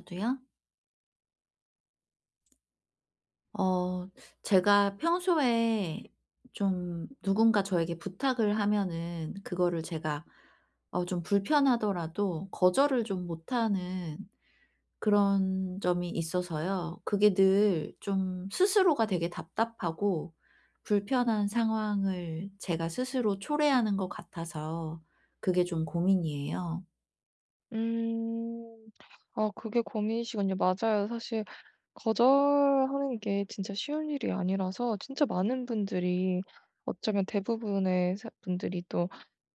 저도요? 어 제가 평소에 좀 누군가 저에게 부탁을 하면은 그거를 제가 좀 불편하더라도 거절을 좀 못하는 그런 점이 있어서요. 그게 늘 좀 스스로가 되게 답답하고 불편한 상황을 제가 스스로 초래하는 것 같아서 그게 좀 고민이에요. 음. 아 그게 고민이시군요. 맞아요. 사실 거절하는 게 진짜 쉬운 일이 아니라서 진짜 많은 분들이 어쩌면 대부분의 사 분들이 또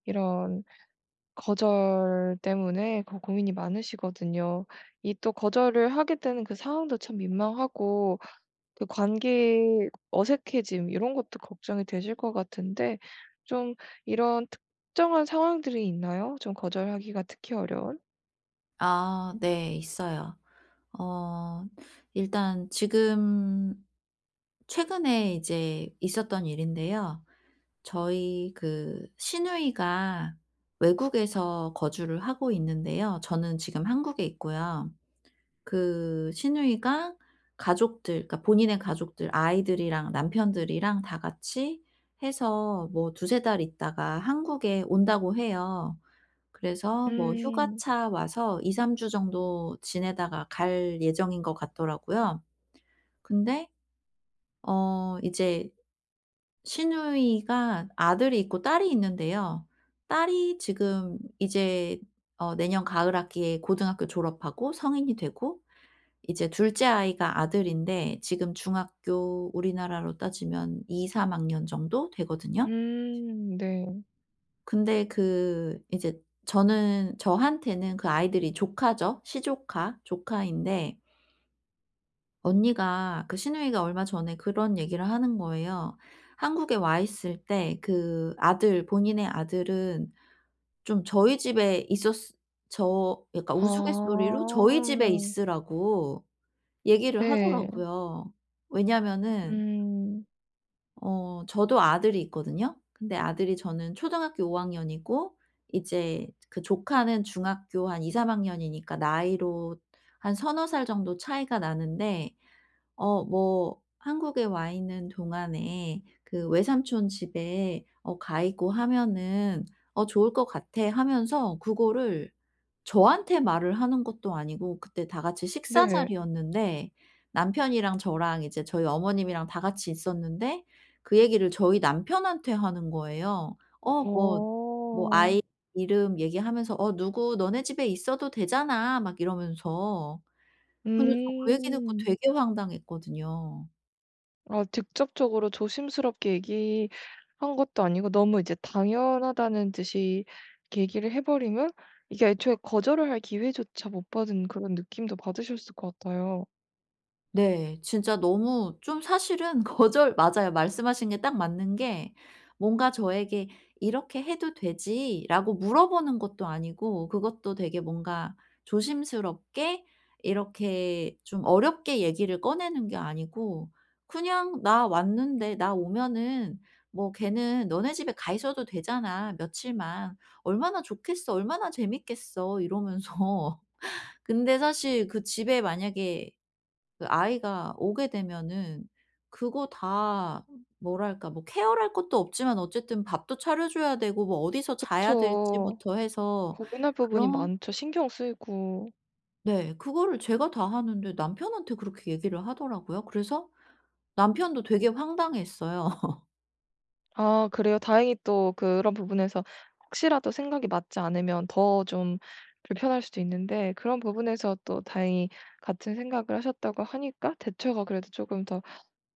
이런 거절 때문에 고 고민이 많으시거든요. 이 또 거절을 하게 되는 그 상황도 참 민망하고 그 관계 어색해짐 이런 것도 걱정이 되실 것 같은데 좀 이런 특정한 상황들이 있나요? 좀 거절하기가 특히 어려운? 아, 네, 있어요. 어 일단 지금 최근에 이제 있었던 일인데요. 저희 그 시누이가 외국에서 거주를 하고 있는데요. 저는 지금 한국에 있고요. 그 시누이가 가족들, 그러니까 본인의 가족들, 아이들이랑 남편들이랑 다 같이 해서 뭐 두세 달 있다가 한국에 온다고 해요. 그래서 뭐 음. 휴가차 와서 2-3주 정도 지내다가 갈 예정인 것 같더라고요. 근데 이제 시누이가 아들이 있고 딸이 있는데요. 딸이 지금 이제 내년 가을 학기에 고등학교 졸업하고 성인이 되고, 이제 둘째 아이가 아들인데 지금 중학교, 우리나라로 따지면 2-3 학년 정도 되거든요. 네. 근데 그 이제 저는, 저한테는 그 아이들이 조카죠. 시조카, 조카인데 언니가, 그 시누이가 얼마 전에 그런 얘기를 하는 거예요. 한국에 와 있을 때 그 아들, 본인의 아들은 좀 저희 집에 있었 저 약간 아 우스갯소리로 저희 집에 있으라고 얘기를 네. 하더라고요. 왜냐면은 음 저도 아들이 있거든요. 근데 아들이, 저는 초등학교 5 학년이고 이제 그 조카는 중학교 한 2-3 학년이니까 나이로 한 서너 살 정도 차이가 나는데 뭐 한국에 와 있는 동안에 그 "외삼촌 집에 가 있고 하면은 좋을 것 같아." 하면서, 그거를 저한테 말을 하는 것도 아니고, 그때 다 같이 식사 네. 자리였는데 남편이랑 저랑 이제 저희 어머님이랑 다 같이 있었는데 그 얘기를 저희 남편한테 하는 거예요. 뭐, 뭐 어. 아이 이름 얘기하면서 "어 누구 너네 집에 있어도 되잖아." 막 이러면서. 근데 저 그 얘기 듣고 음. 되게 황당했거든요. 아 직접적으로 조심스럽게 얘기한 것도 아니고 너무 이제 당연하다는 듯이 이렇게 얘기를 해 버리면 이게 애초에 거절을 할 기회조차 못 받은 그런 느낌도 받으셨을 것 같아요. 네. 진짜 너무 좀 사실은 거절, 맞아요. 말씀하신 게 딱 맞는 게, 뭔가 저에게 "이렇게 해도 되지?"라고 물어보는 것도 아니고, 그것도 되게 뭔가 조심스럽게, 이렇게 좀 어렵게 얘기를 꺼내는 게 아니고 그냥 "나 왔는데 나 오면은 뭐 걔는 너네 집에 가 있어도 되잖아, 며칠만. 얼마나 좋겠어. 얼마나 재밌겠어." 이러면서 근데 사실 그 집에 만약에 그 아이가 오게 되면은 그거 다, 뭐랄까, 뭐 케어를 할 것도 없지만 어쨌든 밥도 차려 줘야 되고 뭐 어디서 자야 그쵸. 될지부터 해서 고민할 부분이 그런 많죠. 신경 쓰이고. 네, 그거를 제가 다 하는데 남편한테 그렇게 얘기를 하더라고요. 그래서 남편도 되게 황당했어요. 아 그래요? 다행히 또 그런 부분에서 혹시라도 생각이 맞지 않으면 더 좀 불편할 수도 있는데 그런 부분에서 또 다행히 같은 생각을 하셨다고 하니까 대처가 그래도 조금 더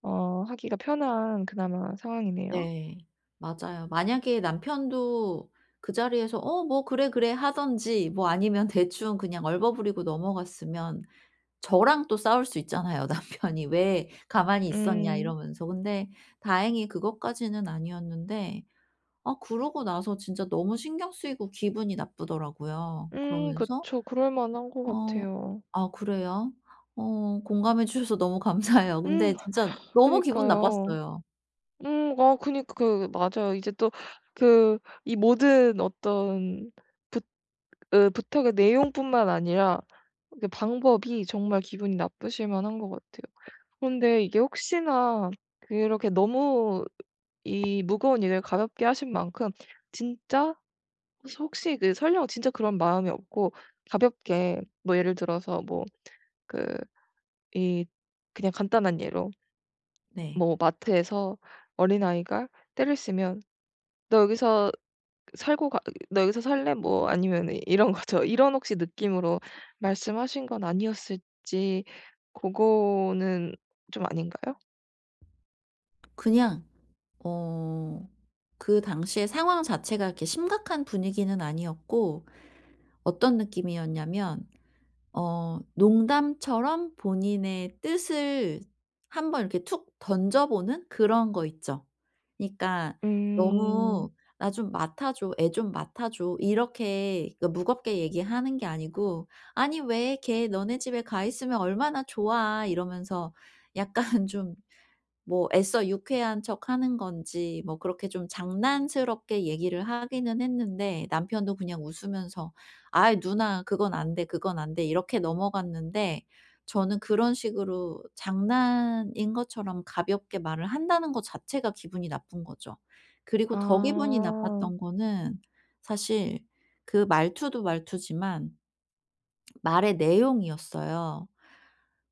하기가 편한 그나마 상황이네요. 네, 맞아요. 만약에 남편도 그 자리에서 "어 뭐 그래, 그래." 하든지 뭐 아니면 대충 그냥 얼버무리고 넘어갔으면 저랑 또 싸울 수 있잖아요, 남편이. "왜 가만히 있었냐." 음. 이러면서. 근데 다행히 그것까지는 아니었는데, 아, 그러고 나서 진짜 너무 신경 쓰이고 기분이 나쁘더라고요. 그러면서. 그쵸. 그럴 만한 것 어 같아요. 아, 그래요? 공감해 주셔서 너무 감사해요. 음 근데 진짜 너무 기분 그니까요. 나빴어요. 아 그니까 그 맞아요. 이제 또 그 이 모든 어떤 그 부탁의 내용뿐만 아니라 그 방법이 정말 기분이 나쁘실 만한 것 같아요. 그런데 이게 혹시나 그렇게 너무 이 무거운 일을 가볍게 하신 만큼 진짜 혹시 그 설령 진짜 그런 마음이 없고 가볍게 뭐 예를 들어서 뭐 그 이 그냥 간단한 예로 네. 뭐 마트에서 어린아이가 떼를 쓰면 "너 여기서 "살고 가 너 여기서 살래?" 뭐 아니면 이런 거죠. 이런 혹시 느낌으로 말씀하신 건 아니었을지 그거는 좀 아닌가요? 그냥, 어 그 당시의 상황 자체가 이렇게 심각한 분위기는 아니었고, 어떤 느낌이었냐면 농담처럼 본인의 뜻을 한번 이렇게 툭 던져보는 그런 거 있죠. 그니까 러 음. 너무 "나 좀 맡아 줘. 애 좀 맡아 줘." 이렇게 그 무겁게 얘기하는 게 아니고 "아니 왜 걔 너네 집에 가 있으면 얼마나 좋아." 이러면서, 약간 좀 뭐 애써 유쾌한 척하는 건지, 뭐 그렇게 좀 장난스럽게 얘기를 하기는 했는데 남편도 그냥 웃으면서 "아이 누나, 그건 안 돼. 그건 안 돼." 이렇게 넘어갔는데, 저는 그런 식으로 장난인 것처럼 가볍게 말을 한다는 것 자체가 기분이 나쁜 거죠. 그리고 더 기분이 아. 나빴던 거는 사실 그 말투도 말투지만 말의 내용이었어요.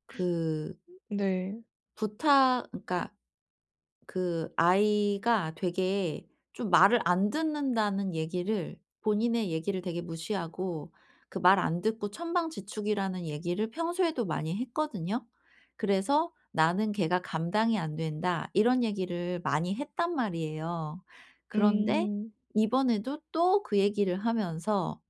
그 네. 부탁 그러니까 그 아이가 되게 좀 말을 안 듣는다는 얘기를 본인의 얘기를 되게 무시하고 그 말 안 듣고 천방지축이라는 얘기를 평소에도 많이 했거든요. 그래서 "나는 걔가 감당이 안 된다." 이런 얘기를 많이 했단 말이에요. 그런데 음. 이번에도 또 그 얘기를 하면서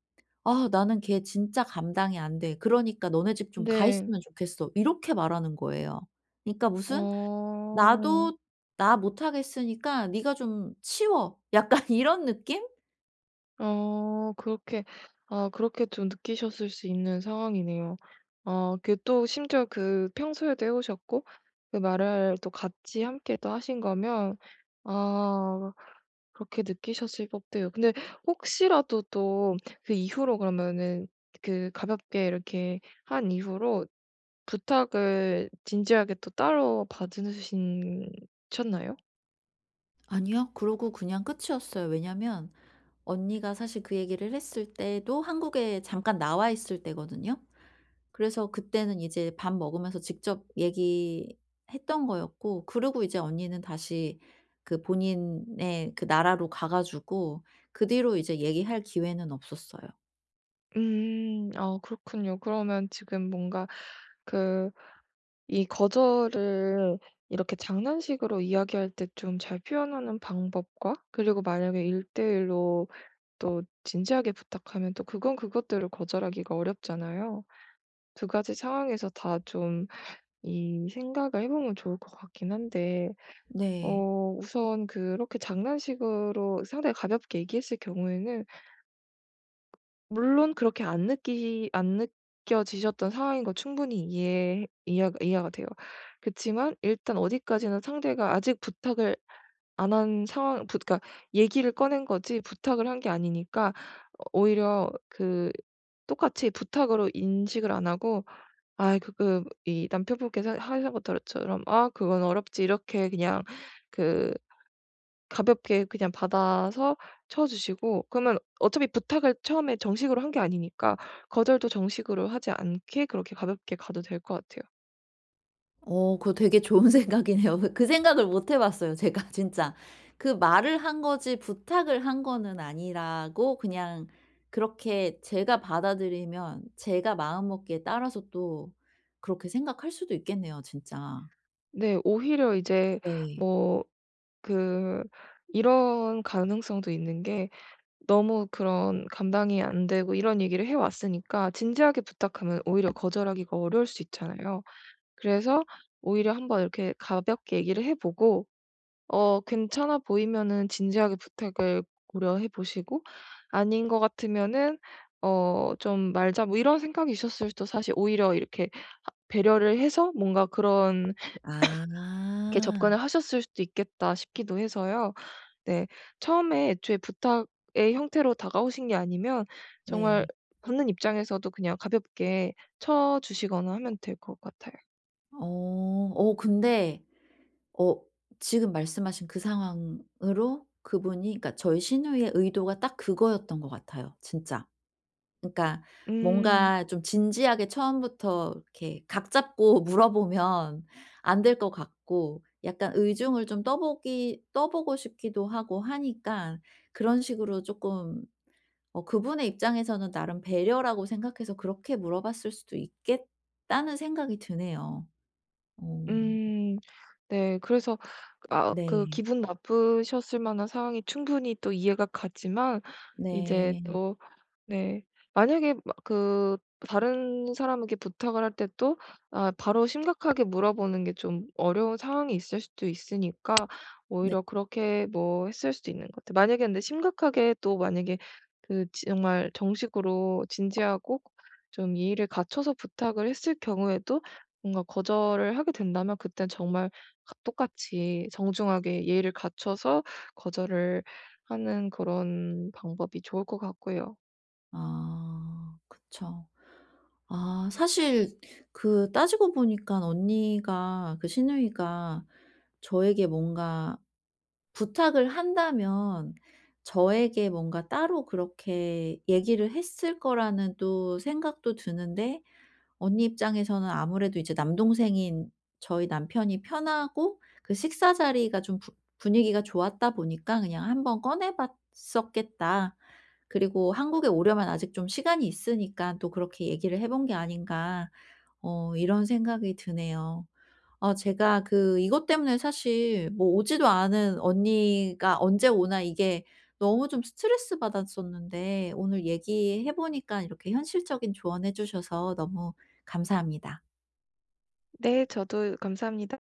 "아 나는 걔 진짜 감당이 안 돼. 그러니까 너네 집 좀 가 네. 있으면 좋겠어." 이렇게 말하는 거예요. 그러니까 무슨 어. "나도 나 못하겠으니까 네가 좀 치워." 약간 이런 느낌? 어 그렇게 아 그렇게 좀 느끼셨을 수 있는 상황이네요. 그 또 심지어 그 평소에도 해 오셨고 그 말을 또 같이 함께 또 하신 거면 아 그렇게 느끼셨을 법도 해요. 근데 혹시라도 또 그 이후로 그러면은 그 가볍게 이렇게 한 이후로 부탁을 진지하게 또 따로 받으신 셨나요? 아니요, 그러고 그냥 끝이었어요. 왜냐면 언니가, 사실 그 얘기를 했을 때도 한국에 잠깐 나와 있을 때거든요. 그래서 그때는 이제 밥 먹으면서 직접 얘기했던 거였고, 그리고 이제 언니는 다시 그 본인의 그 나라로 가 가지고 그 뒤로 이제 얘기할 기회는 없었어요. 음. 아 그렇군요. 그러면 지금 뭔가 그 이 거절을 이렇게 장난식으로 이야기할 때 좀 잘 표현하는 방법과 그리고 만약에 1대 1 로 또 진지하게 부탁하면 또 그건 그것대로 거절하기가 어렵잖아요. 두 가지 상황에서 다 좀 이 생각을 해 보면 좋을 것 같긴 한데 네. 우선 그렇게 장난식으로 상당히 가볍게 얘기했을 경우에는 물론 그렇게 안 느껴지셨던 상황인 거 충분히 이해가 돼요. 그치만 일단 어디까지는 상대가 아직 부탁을 안 한 상황 부 그러니까 얘기를 꺼낸 거지 부탁을 한 게 아니니까 오히려 그 똑같이 부탁으로 인식을 안 하고 아 그 이 남편분께서 하신 것처럼 '아 그건 어렵지.' 이렇게 그냥 그 가볍게 그냥 받아서쳐 주시고 그러면 어차피 부탁을 처음에 정식으로 한 게 아니니까 거절도 정식으로 하지 않게 그렇게 가볍게 가도 될 것 같아요. 그거 되게 좋은 생각이네요. 그 생각을 못 해 봤어요 제가, 진짜. 그 말을 한 거지 부탁을 한 거는 아니라고, 그냥 그렇게 제가 받아들이면 제가 마음먹기에 따라서 또 그렇게 생각할 수도 있겠네요, 진짜. 네. 오히려 이제 네. 뭐 그 이런 가능성도 있는 게 너무 그런 감당이 안 되고 이런 얘기를 해 왔으니까 진지하게 부탁하면 오히려 거절하기가 어려울 수 있잖아요. 그래서 오히려 한번 이렇게 가볍게 얘기를 해 보고 괜찮아 보이면은 진지하게 부탁을 고려해 보시고 아닌 것 같으면은 좀 말자 뭐 이런 생각이 있었을 수도 사실 오히려 이렇게 배려를 해서 뭔가 그런 게 아. 접근을 하셨을 수도 있겠다 싶기도 해서요. 네. 처음에 애초에 부탁의 형태로 다가오신 게 아니면 정말 네. 받는 입장에서도 그냥 가볍게 쳐주시거나 하면 될 것 같아요. 어. 근데, 어 지금 말씀하신 그 상황으로 그분이, 그러니까 저희 시누이의 의도가 딱 그거였던 것 같아요, 진짜. 그러니까 음. 뭔가 좀 진지하게 처음부터 이렇게 각 잡고 물어보면 안 될 것 같고, 약간 의중을 좀 떠보기 떠보고 싶기도 하고 하니까 그런 식으로 조금, 그분의 입장에서는 나름 배려라고 생각해서 그렇게 물어봤을 수도 있겠다는 생각이 드네요. 어 음. 네. 그래서 아 그 네. 기분 나쁘셨을 만한 상황이 충분히 또 이해가 가지만 이제 네. 네. 또 네. 만약에 마 그 다른 사람에게 부탁을 할 때 또 아 바로 심각하게 물어보는 게 좀 어려운 상황이 있을 수도 있으니까 오히려 그렇게 뭐 했을 수도 있는 것 같아요. 만약에 근데 심각하게 또 만약에 그 지 정말 정식으로 진지하고 좀 예의를 갖춰서 부탁을 했을 경우에도 뭔가 거절을 하게 된다면 그땐 정말 가 똑같이 정중하게 예의를 갖춰서 거절을 하는 그런 방법이 좋을 것 같고요. 아, 그쵸. 아 사실 그 따지고 보니까 언니가, 그 시누이가 저에게 뭔가 부탁을 한다면 저에게 뭔가 따로 그렇게 얘기를 했을 거라는 또 생각도 드는데, 언니 입장에서는 아무래도 이제 남동생인 저희 남편이 편하고 그 식사 자리가 좀 부 분위기가 좋았다 보니까 그냥 '한번 꺼내 봤었겠다.' 그리고 한국에 오려면 아직 좀 시간이 있으니까 또 그렇게 얘기를 해본 게 아닌가, 이런 생각이 드네요. 제가 그 이것 때문에 사실 뭐 오지도 않은 언니가 언제 오나, 이게 너무 좀 스트레스 받았었는데 오늘 얘기해 보니까 이렇게 현실적인 조언해 주셔서 너무 감사합니다. 네, 저도 감사합니다.